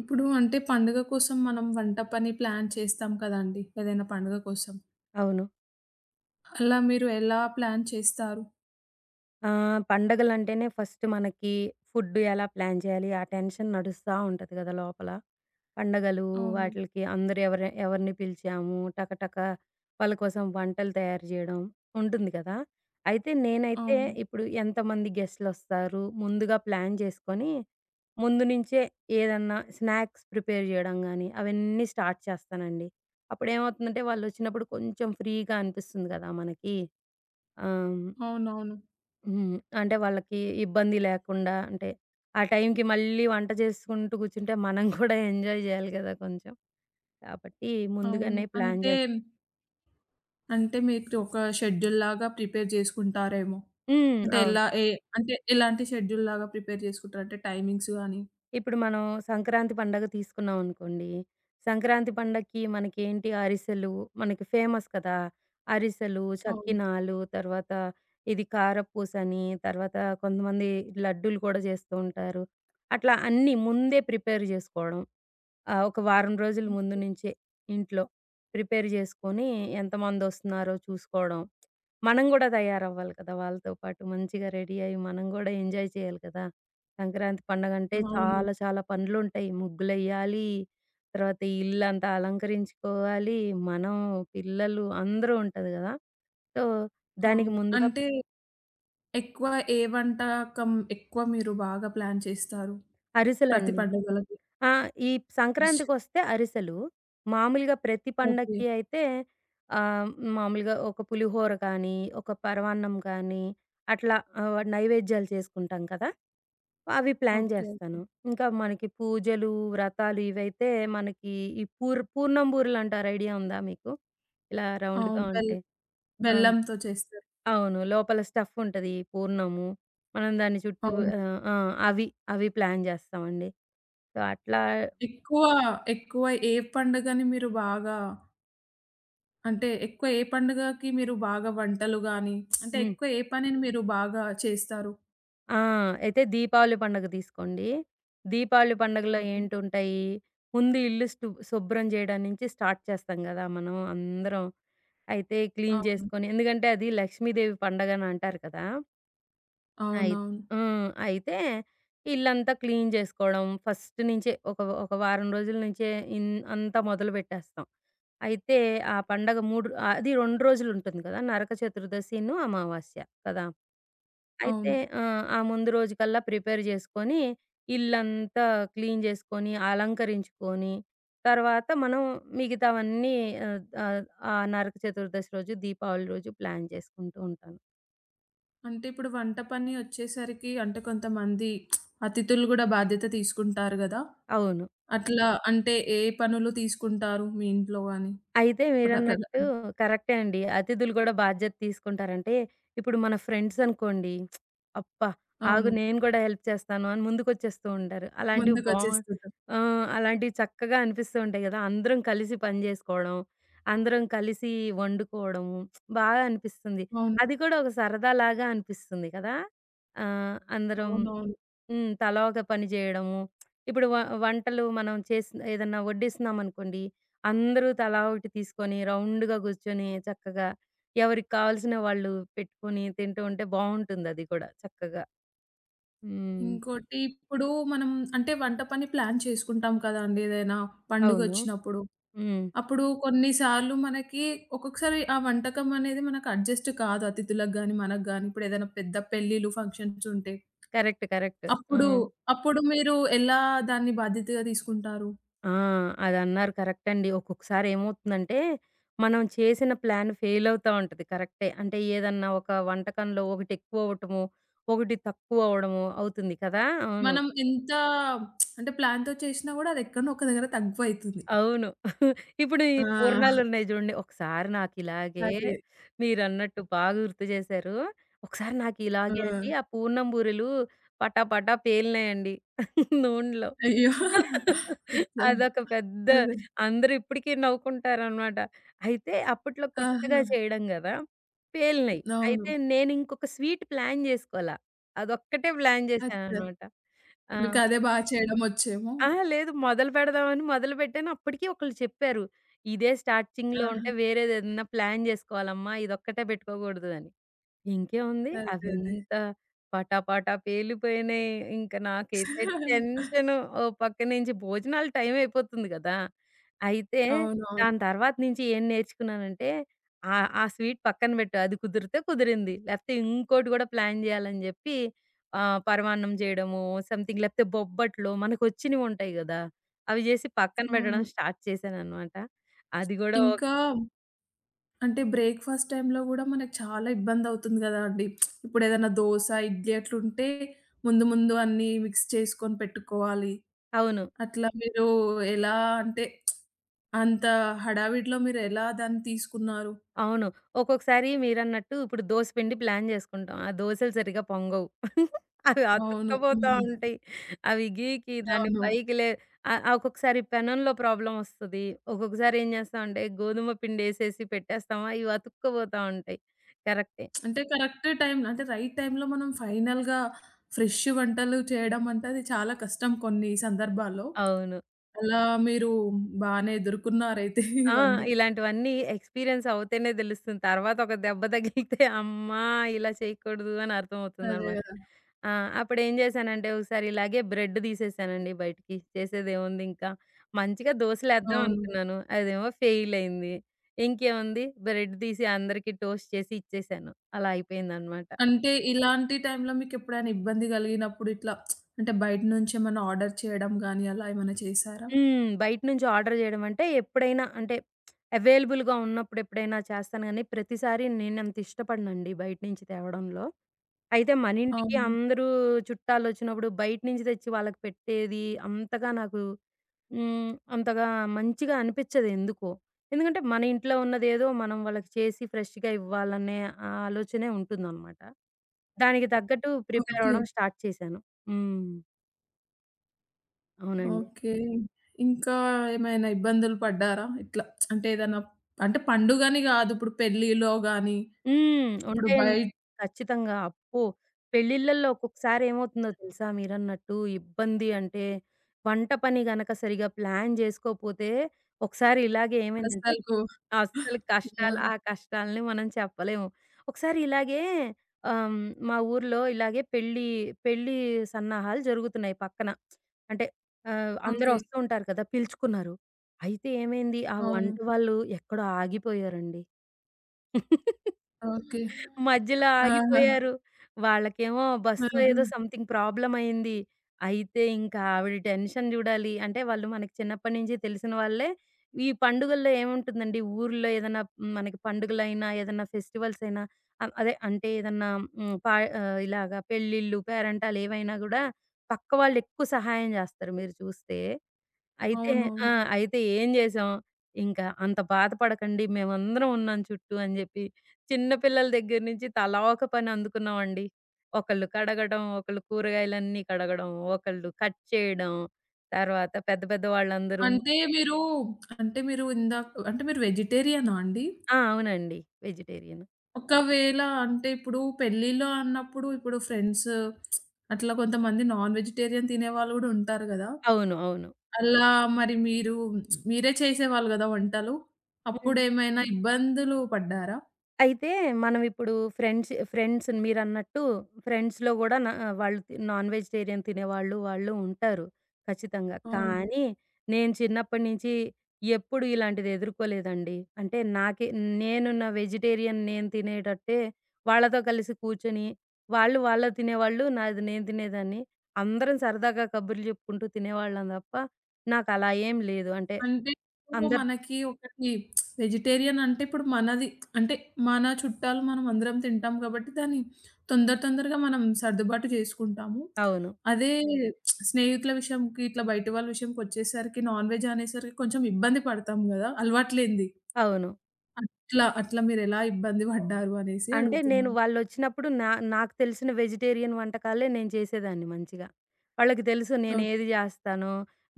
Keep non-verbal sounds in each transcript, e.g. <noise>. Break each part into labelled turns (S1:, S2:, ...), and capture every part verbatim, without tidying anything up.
S1: ఇప్పుడు అంటే పండుగ కోసం మనం వంట పని ప్లాన్ చేస్తాం కదండీ! ఏదైనా పండుగ కోసం.
S2: అవును.
S1: అలా మీరు ఎలా ప్లాన్ చేస్తారు?
S2: ఆహ్, పండగలంటేనే ఫస్ట్ మనకి ఫుడ్ ఎలా ప్లాన్ చేయాలి? ఆ టెన్షన్ నడుస్తా ఉంటది గదా! లోపల. పండగలు
S1: అవును.
S2: వాటిలకి అందరూ ఎవరి ఎవరిని పిలిచాము, టకటక వాళ్ళ కోసం వంటలు తయారు జేయడం ఉంటుంది కదా! అయితే నేనైతే
S1: అవును.
S2: ఇప్పుడు ఎంతమంది గెస్ట్‌లొస్తారు, ముందుగా ప్లాన్ జేసుకొని, ముందు నుంచే ఏదన్నా స్నాక్స్ ప్రిపేర్ జేయడం గానీ, అవన్నీ స్టార్ట్ చేస్తానండి. అప్పుడేమవుతుందంటే వాళ్ళొచ్చినప్పుడు కొంచెం ఫ్రీగా అనిపిస్తుంది గదా మనకి. ఆ!
S1: అవునవును.
S2: హ్మ్. అంటే వాళ్ళకి ఇబ్బంది లేకుండా అంటే, ఆ టైంకి మళ్ళీ వంట చేసుకుంటూ కూర్చుంటే మనం కూడా ఎంజాయ్ జేయాలి గదా! కొంచెం. కాబట్టి
S1: అవును.
S2: ముందుగానే ప్లాన్
S1: అంటే,
S2: జేస్
S1: అంటే మీకు ఒక షెడ్యూల్‌లాగా ప్రిపేర్ చేసుకుంటారేమో.
S2: హ్మ్.
S1: అంటే
S2: అవును.
S1: ఎలా ఏ అంటే ఎలాంటి షెడ్యూల్‌లాగా ప్రిపేర్ చేసుకుంటారు? అంటే టైమింగ్స్ గాని.
S2: ఇప్పుడు మనం సంక్రాంతి పండగ తీసుకున్నాం అనుకోండి. సంక్రాంతి పండగకి మనకేంటి అరిసెలు మనకి ఫేమస్ కదా! అరిసెలు,
S1: అవును.
S2: చక్కినాలు, తర్వాత ఇది కారపూసని, తర్వాత కొంతమంది లడ్డూలు కూడా జేస్తూ ఉంటారు. అట్లా అన్నీ ముందే ప్రిపేర్ జేసుకోవడం. ఆ! ఒక వారం రోజుల ముందు
S1: ఓకే.
S2: నుంచే ఇంట్లో ప్రిపేర్ చేసుకొని ఎంతమందొస్తున్నారో చూసుకోవడం. మనం గూడా తయారవ్వాలి కదా! వాళ్ళతో పాటు మంచిగా రెడీ అయ్యి మనం గూడా ఎంజాయ్ చేయాలి కదా! సంక్రాంతి పండగంటే
S1: అవును.
S2: చాలా చాలా పనులుంటాయి. ముగ్గులెయ్యాలి, తర్వాత ఈ ఇల్లంతా అలంకరించుకోవాలి. మనం, పిల్లలు అందరూ ఉంటది గదా! సో, దానికి
S1: అవును.
S2: ముందుగా
S1: అంటే ఎక్కువ ఏ వంటకం ఎక్కువ మీరు బాగా ప్లాన్ చేస్తారు? ప్రతి
S2: అరిసెలండి.
S1: పండుగలకి?
S2: ఆ! ఈ సంక్రాంతికొస్తే అరిసెలు. మామూలుగా ప్రతి
S1: ఓకే.
S2: పండక్కి అయితే ఆహ్, మామూలుగా ఒక పులిహోర కానీ, ఒక పరమాన్నం కానీ అట్లా ఆహ్, నైవేద్యాలు చేసుకుంటాం కదా! అవి ప్లాన్
S1: ఓకే. ఓకే.
S2: చేస్తాను. ఇంకా మనకి పూజలు, వ్రతాలు ఇవైతే మనకి ఈ పూర్ పూర్ణం బూరెలు అంటారు, ఐడియా ఉందా మీకు? ఇలా రౌండ్‌గా
S1: అవును. బెల్
S2: ఉంటాయి. ఆ!
S1: బెల్లంతో చేస్తారు.
S2: అవును. లోపల స్టఫ్ ఉంటది. పూర్ణము మనం దాని చుట్టూ
S1: అవును.
S2: ఆహ్, ఆ! అవి అవి ప్లాన్ చేస్తామండి. సో, అట్లా
S1: ఎక్కువ, ఎక్కువ ఏ పండుగని మీరు బాగా, అంటే ఎక్కువ ఏ పండుగకి మీరు బాగా వంటలు గాని, అంటే
S2: హ్మ్.
S1: ఎక్కువ ఏ పనిని మీరు బాగా చేస్తారు?
S2: ఆ! అయితే దీపావళి పండుగ తీసుకోండి. దీపావళి పండుగలో
S1: ఓకే.
S2: ఏంటుంటాయి, ముందు ఇల్లు స్తు శుభ్రం చేయడం నుంచి స్టార్ట్ చేస్తాం గదా! మనం అందరం. అయితే క్లీన్
S1: అవును.
S2: చేసుకొని, ఎందుకంటే అది లక్ష్మీదేవి పండగని అంటారు కదా! అయి
S1: అవునవును.
S2: హ్మ్. అయితే ఇల్లంతా క్లీన్ జేసుకోవడం ఫస్ట్ నుంచే ఒక ఒక వారం రోజుల నుంచే ఇన్ అంతా మొదలుపెట్టేస్తాం. అయితే ఆ పండగ మూడు అది రెండు రోజులుంటుంది కదా! నరక చతుర్దశిను, అమావాస్య కదా! అయితే
S1: అవును.
S2: ఆ! ఆ ముందు రోజుకల్లా ప్రిపేర్ చేసుకొని, ఇల్లంతా క్లీన్ చేసుకొని, అలంకరించుకొని, తర్వాత మనం మిగతావన్నీ ఆహ్, ఆహ్, ఆ నరక చతుర్దశి రోజు, దీపావళి రోజు ప్లాన్ చేసుకుంటూ ఉంటాను.
S1: అంటే ఇప్పుడు వంట పని వచ్చేసరికి అంటే కొంతమంది అతిథులు గూడా బాధ్యత తీసుకుంటారు గదా!
S2: అవును.
S1: అట్లా అంటే ఏ పనులు తీసుకుంటారు మీ ఇంట్లో గాని?
S2: అయితే
S1: ప్ర ప్రద.
S2: మీరన్నట్టు కరెక్టే అండి. అతిథులు గూడా బాధ్యత తీసుకుంటారంటే, ఇప్పుడు మన ఫ్రెండ్స్ అనుకోండి, అబ్బా! ఆగు
S1: అవును.
S2: నేను గూడా హెల్ప్ చేస్తాను అని ముందుకొచ్చేస్తూ ఉంటారు. అలాంటివి బా
S1: ముందుకొచ్చేస్తుంటారు.
S2: ఆ! అలాంటివి చక్కగా అనిపిస్తూ ఉంటాయి గదా! అందరం కలిసి పని జేసుకోవడం, అందరం కలిసి వండుకోవడము బాగా అనిపిస్తుంది.
S1: అవును.
S2: అది కూడా ఒక సరదాలాగా అనిపిస్తుంది కదా! ఆహ్, అందరం
S1: అవునవును.
S2: హ్మ్. తలా ఒక పని జేయడము. ఇప్పుడు వ వంటలు మనం చేసిన ఏదన్నా వడ్డిస్తున్నామనుకోండి, అందరూ తలా ఒకటి తీసుకొని రౌండ్‌గా గూర్చొని చక్కగా ఎవరికి కావాల్సిన వాళ్ళు పెట్టుకొని తింటూ ఉంటే బావుంటుందది కూడా చక్కగా. హ్మ్.
S1: ఇంకోటి ఇప్పుడు మనం అంటే వంట పని ప్లాన్ చేసుకుంటాం కదండీ! ఏదైనా
S2: అవును.
S1: పండుగొచ్చినప్పుడు.
S2: హ్మ్.
S1: అప్పుడు కొన్నిసార్లు మనకి ఒక్కొక్కసారి ఆ వంటకం అనేది మనకు అడ్జస్ట్ కాదు. అతిథులకు గాని, మనకు గాని. ఇప్పుడు ఏదైనా పెద్ద పెళ్ళిళ్ళు, ఫంక్షన్స్ ఉంటే
S2: కరెక్ట్. కరెక్ట్.
S1: అప్పుడు,
S2: హ్మ్.
S1: అప్పుడు మీరు ఎలా దాన్ని బాధ్యతగా తీసుకుంటారు?
S2: ఆ! అదన్నారు కరెక్ట్ అండి. ఒక్కొక్కసారి ఏమవుతుందంటే, మనం చేసిన ప్లాన్ ఫెయిల్ అవుతా ఉంటది, కరెక్టే. అంటే ఏదన్నా ఒక వంటకంలో ఒకటెక్కువ అవ్వటము, ఒకటి తక్కువ అవ్వడము అవుతుంది కదా! అవును.
S1: మనం ఎంత అంటే ప్లాన్‌తో చేసినా గూడా అది ఎక్కడనో ఒక దగ్గర తక్కువైతుంది.
S2: అవును. ఇప్పుడు ఈ
S1: ఆ!
S2: పూర్ణాలున్నాయి జూడండి. ఒకసారి నాకిలాగే
S1: అదే.
S2: మీరన్నట్టు బాగా గుర్తు చేశారు. ఒకసారి నాకిలాగే అండి ఆ
S1: ఆ!
S2: పూర్ణం బూరెలు పటా పటా పేలినాయండి <laughs> నూనెలో.
S1: అయ్యో! అచ్చా!
S2: అదొక పెద్ద
S1: అదే.
S2: అందరూ ఇప్పటికి నవ్వుకుంటారనమాట. అయితే అప్పట్లో కొత్తగా
S1: ఆహా!
S2: చేయడం గదా! పేలినాయి.
S1: అవును.
S2: అయితే నేనింకొక స్వీట్ ప్లాన్ జేసుకోలా. అదొక్కటే ప్లాన్
S1: అచ్చా!
S2: చేశాననమాట. ఆ!
S1: మీకదే బా చేయడం వచ్చేమో.
S2: అహా! లేదు. మొదలుపెడదామని మొదలుపెట్టాను. అప్పటికి ఒకళ్ళు చెప్పారు. ఇదే స్టార్టింగ్‌లో
S1: ఆహా!
S2: ఉంటే వేరేదేదన్నా ప్లాన్ జేసుకోవాలమ్మా. ఇదొక్కటే పెట్టుకోకూడదు అని. ఇంకేముంది
S1: అదే. అదే.
S2: అవింత పటాపటా పేలిపోయినాయి. ఇంక నాకైతే టెన్షను. ఓ పక్క నుంచి భోజనాల టైం అయిపోతుంది గదా! అయితే
S1: అవునవును.
S2: దాని తర్వాత నుంచి ఏం నేర్చుకున్నానంటే ఆ ఆ స్వీట్ పక్కన పెట్టు. అది కుదిరితే కుదిరింది. లేకపోతే ఇంకోటి గూడా ప్లాన్ జేయాలని జెప్పి, ఆహ్, పరమాన్నం చేయడము, సంథింగ్ లేకపోతే బొబ్బట్లు మనకొచ్చినవుంటాయి గదా! అవి జేసి పక్కన
S1: అవును.
S2: పెట్టడం స్టార్ట్ చేశాననమాట. అది గూడా ఓ
S1: ఇంకా అంటే బ్రేక్‌ఫాస్ట్ టైమ్‌లో గూడా మనకు చాలా ఇబ్బందవుతుంది గదండీ! ఇప్పుడేదన్నా దోస, ఇడ్లీ అట్లుంటే ముందు ముందు అన్నీ మిక్స్ చేసుకొని పెట్టుకోవాలి.
S2: అవును.
S1: అట్లా మీరు ఎలా అంటే అంత హడావిడిలో మీరెలా దాన్ని తీసుకున్నారు?
S2: అవును. ఒక్కొక్కసారి మీరన్నట్టు ఇప్పుడు దోస పిండి ప్లాన్ జేసుకుంటాం. ఆ దోసలు సరిగ్గా పొంగవు. అవి
S1: అవును.
S2: అతుక్కపోతా
S1: హ్మ్.
S2: ఉంటాయి. అవి గీకి దాన్ని
S1: అవును.
S2: పైకి లే ఆహ్, ఆహ్, ఒక్కొక్కసారి పెనంలో ప్రాబ్లమ్ ఒస్తది. ఒక్కొక్కసారి ఏం జేస్తామంటే గోధుమ పిండేసేసి పెట్టేస్తామా, ఇవి అతుక్కపోతా ఉంటాయి. కరెక్టే.
S1: అంటే కరెక్ట్ టైంలో అంటే రైట్ టైంలో మనం ఫైనల్‌గా ఫ్రెష్ వంటలు చేయడం అంటే అది చాలా కష్టం కొన్ని సందర్భాల్లో.
S2: అవును.
S1: అలా మీరు బానే ఎదుర్కొన్నారైతే <laughs>
S2: ఆ!
S1: ఇవన్నీ.
S2: ఇలాంటివన్నీ ఎక్స్‌పీరియన్స్ అవుతేనే దెలుస్తుంది. తర్వాత ఒక దెబ్బ తగిలితే అమ్మా! ఇలా చేయకూడదు అని
S1: అదే
S2: అర్థమవుతుందనమాట.
S1: గదా!
S2: ఆ! అప్పుడేం జేశానంటే ఒకసారి ఇలాగే బ్రెడ్ తీసేసానండి బయటికి. చేసేదేముంది ఇంకా. మంచిగా దోసలేద్దాం
S1: అవును.
S2: అనుకున్నాను. అదేమో ఫెయిల్ అయింది. ఇంకేముంది బ్రెడ్ తీసి అందరికీ టోస్ట్ చేసి ఇచ్చేసాను. అలా అయిపోయిందనమాట.
S1: అంటే ఇలాంటి టైంలో మీకెప్పుడైనా ఇబ్బంది గలిగినప్పుడు ఇట్లా అంటే బయట నుంచి ఏమన్నా ఆర్డర్ చేయడం గానీ అలా ఏమైనా చేశారా?
S2: హ్మ్. బయట నుంచి ఆర్డర్ జేయడం అంటే ఎప్పుడైనా అంటే అవైలబుల్‌గా ఉన్నప్పుడు ఎప్పుడైనా చేస్తాను గానీ, ప్రతిసారి నేనంత ఇష్టపడనండి బయట నుంచి తేవడంలో. అయితే మనింటికి
S1: అవును.
S2: అందరూ చుట్టాలొచ్చినప్పుడు బయట నుంచి తెచ్చి వాళ్ళకి పెట్టేది అంతగా నాకు హ్మ్. అంతగా మంచిగా అనిపిచ్చదు ఎందుకో. ఎందుకంటే మన ఇంట్లో ఉన్నదేదో మనం వాళ్ళకి చేసి ఫ్రెష్‌గా ఇవ్వాలనే ఆ ఆలోచనే ఉంటుందనమాట. దానికి తగ్గట్టు ప్రిపేర్
S1: ఓకే.
S2: అవ్వడం స్టార్ట్ చేశాను. హ్మ్. అవునండి.
S1: ఓకే. ఇంకా ఏమైనా ఇబ్బందులు పడ్డారా? ఇట్లా అంటే ఏదన్నా అంటే పండుగని గాదు ఇప్పుడు పెళ్ళిలో గానీ,
S2: హ్మ్.
S1: ఇప్పుడు
S2: ఉంటాయండి.
S1: బయట.
S2: ఖచ్చితంగా. అబ్బో! పెళ్ళిళ్ళల్లో ఒక్కొక్కసారి ఏమవుతుందో తెలుసా మీరన్నట్టు ఇబ్బంది అంటే, వంట పని గనక సరిగ్గా ప్లాన్ జేసుకోపోతే, ఒకసారి ఇలాగే ఏమైందంటే
S1: అసలకు
S2: అస్సలు కష్టాలు
S1: యాహ్!
S2: ఆ కష్టాల్ని మనం చెప్పలేము. ఒకసారి ఇలాగే ఆహ్, హ్మ్, మా ఊర్లో ఇలాగే పెళ్లి, పెళ్లి సన్నాహాలు జరుగుతున్నాయి పక్కన. అంటే ఆహ్, అందరూ
S1: ఓకే.
S2: వస్తూ ఉంటారు కదా! పిలుచుకున్నారు. అయితే ఏమైంది, ఆ వంట
S1: అవును.
S2: వాళ్ళు ఎక్కడో ఆగిపోయారండి.
S1: ఓకే.
S2: మధ్యలో
S1: ఆహా!
S2: ఆగిపోయారు. వాళ్ళకేమో బస్సో
S1: ఆహా!
S2: ఏదో సంథింగ్ ప్రాబ్లమ్ అయింది. అయితే ఇంకా ఆవిడ టెన్షన్ జూడాలి. అంటే వాళ్ళు మనకి చిన్నప్పటి నుంచి తెలిసిన వాళ్ళే. ఈ పండుగల్లో ఏముంటుందండి ఊర్లో ఏదన్నా మనకి పండుగలైనా, ఏదన్నా ఫెస్టివల్స్ అయినా ఆహ్, అదే అంటే ఏదన్నా హ్మ్. పా ఆహ్, ఇలాగా పెళ్ళిళ్ళు, పేరంటాలు ఏవైనా గూడా పక్క వాళ్ళెక్కువ సహాయం జేస్తారు మీరు చూస్తే. అయితే
S1: అవునవును.
S2: ఆ! అయితే ఏం జేసాం, ఇంకా "అంత బాధపడకండి మేమందరం ఉన్నాం చుట్టూ" అని జెప్పి చిన్న పిల్లల దగ్గర నుంచి తలా ఒక పని అందుకున్నామండి. ఒకళ్ళు కడగడం, ఒకళ్ళు కూరగాయలన్నీ కడగడం, ఒకళ్ళు కట్ చేయడం, తర్వాత పెద్ద పెద్ద వాళ్ళందరూ
S1: అంటే మీరు అంటే మీరు ఇందాక అంటే మీరు వెజిటేరియనా అండి?
S2: ఆ! అవునండి. వెజిటేరియన్.
S1: ఒకవేళ అంటే ఇప్పుడు పెళ్ళిలో అన్నప్పుడు ఇప్పుడు ఫ్రెండ్స్ అట్లా కొంతమంది నాన్ వెజిటేరియన్ తినేవాళ్ళు గూడా ఉంటారు గదా!
S2: అవును. అవును.
S1: అలా మరి మీరు మీరే చేసేవాళ్ళు గదా వంటలు.
S2: హ్మ్.
S1: అప్పుడేమైనా ఇబ్బందులు పడ్డారా?
S2: అయితే మనమిప్పుడు ఫ్రెండ్స్ ఫ్రెండ్స్ మీరన్నట్టు ఫ్రెండ్స్‌లో గూడా నా వాళ్ళు నాన్ వెజిటేరియన్ తినేవాళ్ళు, వాళ్ళు ఉంటారు ఖచ్చితంగా.
S1: అవును.
S2: కానీ నేను చిన్నప్పటి నుంచి ఎప్పుడు ఇలాంటిది ఎదుర్కోలేదండి. అంటే నాకే నేను నా వెజిటేరియన్ నేను తినేటట్టే వాళ్ళతో కలిసి కూర్చొని, వాళ్ళు వాళ్ళు తినేవాళ్ళు, నాది నేను తినేదాన్ని. అందరం సరదాగా కబుర్లు చెప్పుకుంటూ తినేవాళ్ళం తప్ప, నాకలా ఏం లేదు. అంటే
S1: అంటే ఇప్పుడు
S2: అందరు
S1: మనకి ఒకటి వెజిటేరియన్ అంటే ఇప్పుడు మనది అంటే మన చుట్టాలు మనం అందరం తింటాం కాబట్టి దాన్ని తొందర తొందరగా మనం సర్దుబాటు చేసుకుంటాము.
S2: అవును.
S1: అదే స్నేహితుల విషయంకి ఇట్లా బయటి వాళ్ళ విషయంకొచ్చేసరికి నాన్ వెజ్ అనేసరికి కొంచెం ఇబ్బంది పడతాం గదా! అలవాటు లేనిది.
S2: అవును.
S1: అట్లా అట్లా మీరెలా ఇబ్బంది పడ్డారు అనేసి
S2: అంటే నేను
S1: అడుగుతున్నాను.
S2: వాళ్ళొచ్చినప్పుడు నా నాకు తెలిసిన వెజిటేరియన్ వంటకాలే నేను చేసేదాన్ని మంచిగా. వాళ్ళకి తెలుసు
S1: ఓకే.
S2: నేనేది జేస్తానో,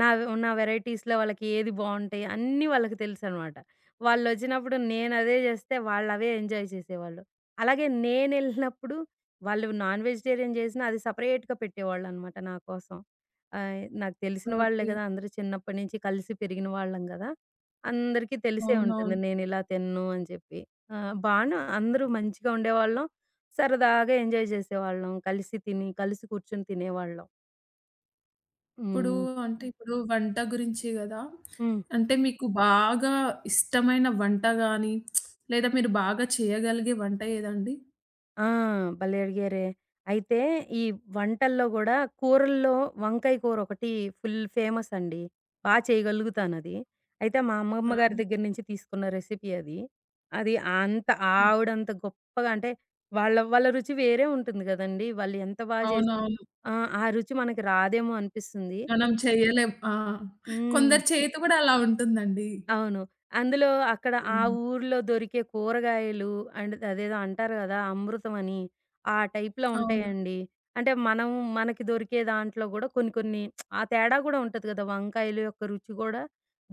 S2: నా నా వెరైటీస్‌లో వాళ్ళకి ఏది బావుంటాయి అన్నీ వాళ్ళకి తెలుసనమాట. వాళ్ళొచ్చినప్పుడు నేనదే జేస్తే వాళ్ళవే ఎంజాయ్ చేసేవాళ్ళు. అలాగే నేనెళ్ళినప్పుడు వాళ్ళు నాన్ వెజిటేరియన్ జేసినా అది సెపరేట్‌గా పెట్టేవాళ్ళనమాట నా కోసం. ఆహ్, నాకు తెలిసిన వాళ్ళే
S1: ఓకే.
S2: గదా! అందరూ చిన్నప్పటి నుంచి కలిసి పెరిగిన వాళ్ళం గదా! అందరికీ తెలిసే ఉంటుంది
S1: అవునవును.
S2: నేనిలా తినను అని చెప్పి. ఆ! బానే అందరూ మంచిగా ఉండేవాళ్ళం. సరదాగా ఎంజాయ్ చేసేవాళ్ళం. కలిసి తిని, కలిసి కూర్చొని తినేవాళ్ళం.
S1: ఇప్పుడు
S2: హ్మ్.
S1: అంటే ఇప్పుడు వంట గురించి గదా!
S2: హ్మ్.
S1: అంటే మీకు బాగా ఇష్టమైన వంట గాని, లేదా మీరు బాగా చేయగలిగే వంట ఏదండి?
S2: ఆ! భలే అడిగారే! అయితే ఈ వంటల్లో గూడా కూరల్లో వంకాయ కూరొకటి ఫుల్ ఫేమస్ అండి. బా చేయగలుగుతానది. అయితే మా అమ్మమ్మ
S1: ఆహా!
S2: గారి దగ్గర నుంచి తీసుకున్న రెసిపీ అది. అది అంత
S1: నచ్చింది.
S2: ఆవిడంత గొప్పగా అంటే వాళ్ళ వాళ్ళ రుచి వేరే ఉంటుంది గదండీ! వాళ్ళు ఎంత బా చేసినా
S1: అవునవును.
S2: ఆ! ఆ రుచి మనకి రాదేమో అనిపిస్తుంది.
S1: మనం చేయలేం. ఆ!
S2: హ్మ్.
S1: కొందరి చేతి గూడా అలా ఉంటుందండి.
S2: అవును. అందులో అక్కడ ఆ
S1: హ్మ్.
S2: ఊర్లో దొరికే కూరగాయలు అండ్ అదేదో అంటారు గదా! అమృతం అని. ఆ టైప్‌లో
S1: అవును.
S2: ఉంటాయండి. అంటే మనం మనకి దొరికే దాంట్లో గూడా కొన్ని కొన్ని ఆ తేడా గూడా ఉంటది గదా! వంకాయల యొక్క రుచి గూడా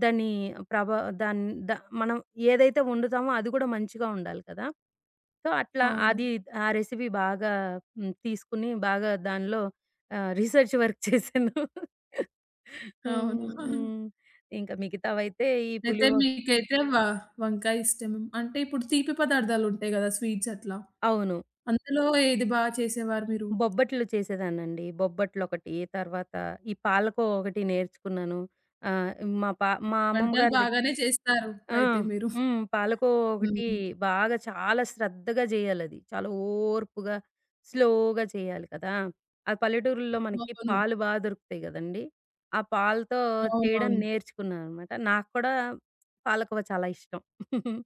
S2: దాన్ని ప్రభా దాన్ ద మనం ఏదైతే వండుతామో అది గూడా మంచిగా ఉండాలి కదా! సో, అట్లా
S1: అవును.
S2: అది ఆ రెసిపీ బాగా హ్మ్. తీసుకొని బాగా దానిలో ఆహ్, రీసెర్చ్ వర్క్ చేశాను. <laughs>
S1: అవును.
S2: హ్మ్. హ్మ్. ఇంకా మిగతావైతే ఈ
S1: అయితే
S2: పులిహో
S1: మీకైతే వ వంకాయ ఇష్టం. అంటే ఇప్పుడు తీపి పదార్థాలుంటాయి గదా! స్వీట్స్ అట్లా.
S2: అవును.
S1: అందులో ఏది బా చేసేవారు మీరు?
S2: బొబ్బట్లు చేసేదాన్నండి. బొబ్బట్లొకటి, తర్వాత ఈ పాలకోవ ఒకటి నేర్చుకున్నాను. ఆహ్, మా పా మా అమ్మమ్మ
S1: వంటలు
S2: గారి దగ్గర
S1: బాగానే చేస్తారు
S2: ఆ!
S1: అయితే మీరు.
S2: హ్మ్. పాలకోవ ఒకటి
S1: హ్మ్.
S2: బాగా చాలా శ్రద్ధగా జేయాలది. చాలా ఓర్పుగా, స్లోగా చేయాలి కదా! ఆ పల్లెటూరుల్లో మనకి
S1: అవును.
S2: పాలు బా దొరుకుతాయి గదండీ! ఆ పాలతో చేయడం
S1: అవునవును.
S2: నేర్చుకున్నాననమాట. నాకు కూడా పాలకోవ చాలా ఇష్టం. <laughs>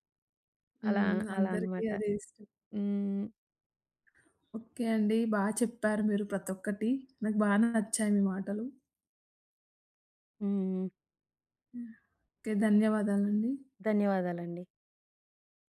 S2: అలా
S1: హ్మ్.
S2: అలా
S1: అందరికీ
S2: అనమాట.
S1: అదే ఇష్టం.
S2: హ్మ్.
S1: ఓకే అండి. బా చెప్పారు మీరు ప్రతొక్కటి. నాకు బా నచ్చాయి మీ మాటలు.
S2: హ్మ్.
S1: ఓకే. ధన్యవాదాలండి.
S2: ధన్యవాదాలండి.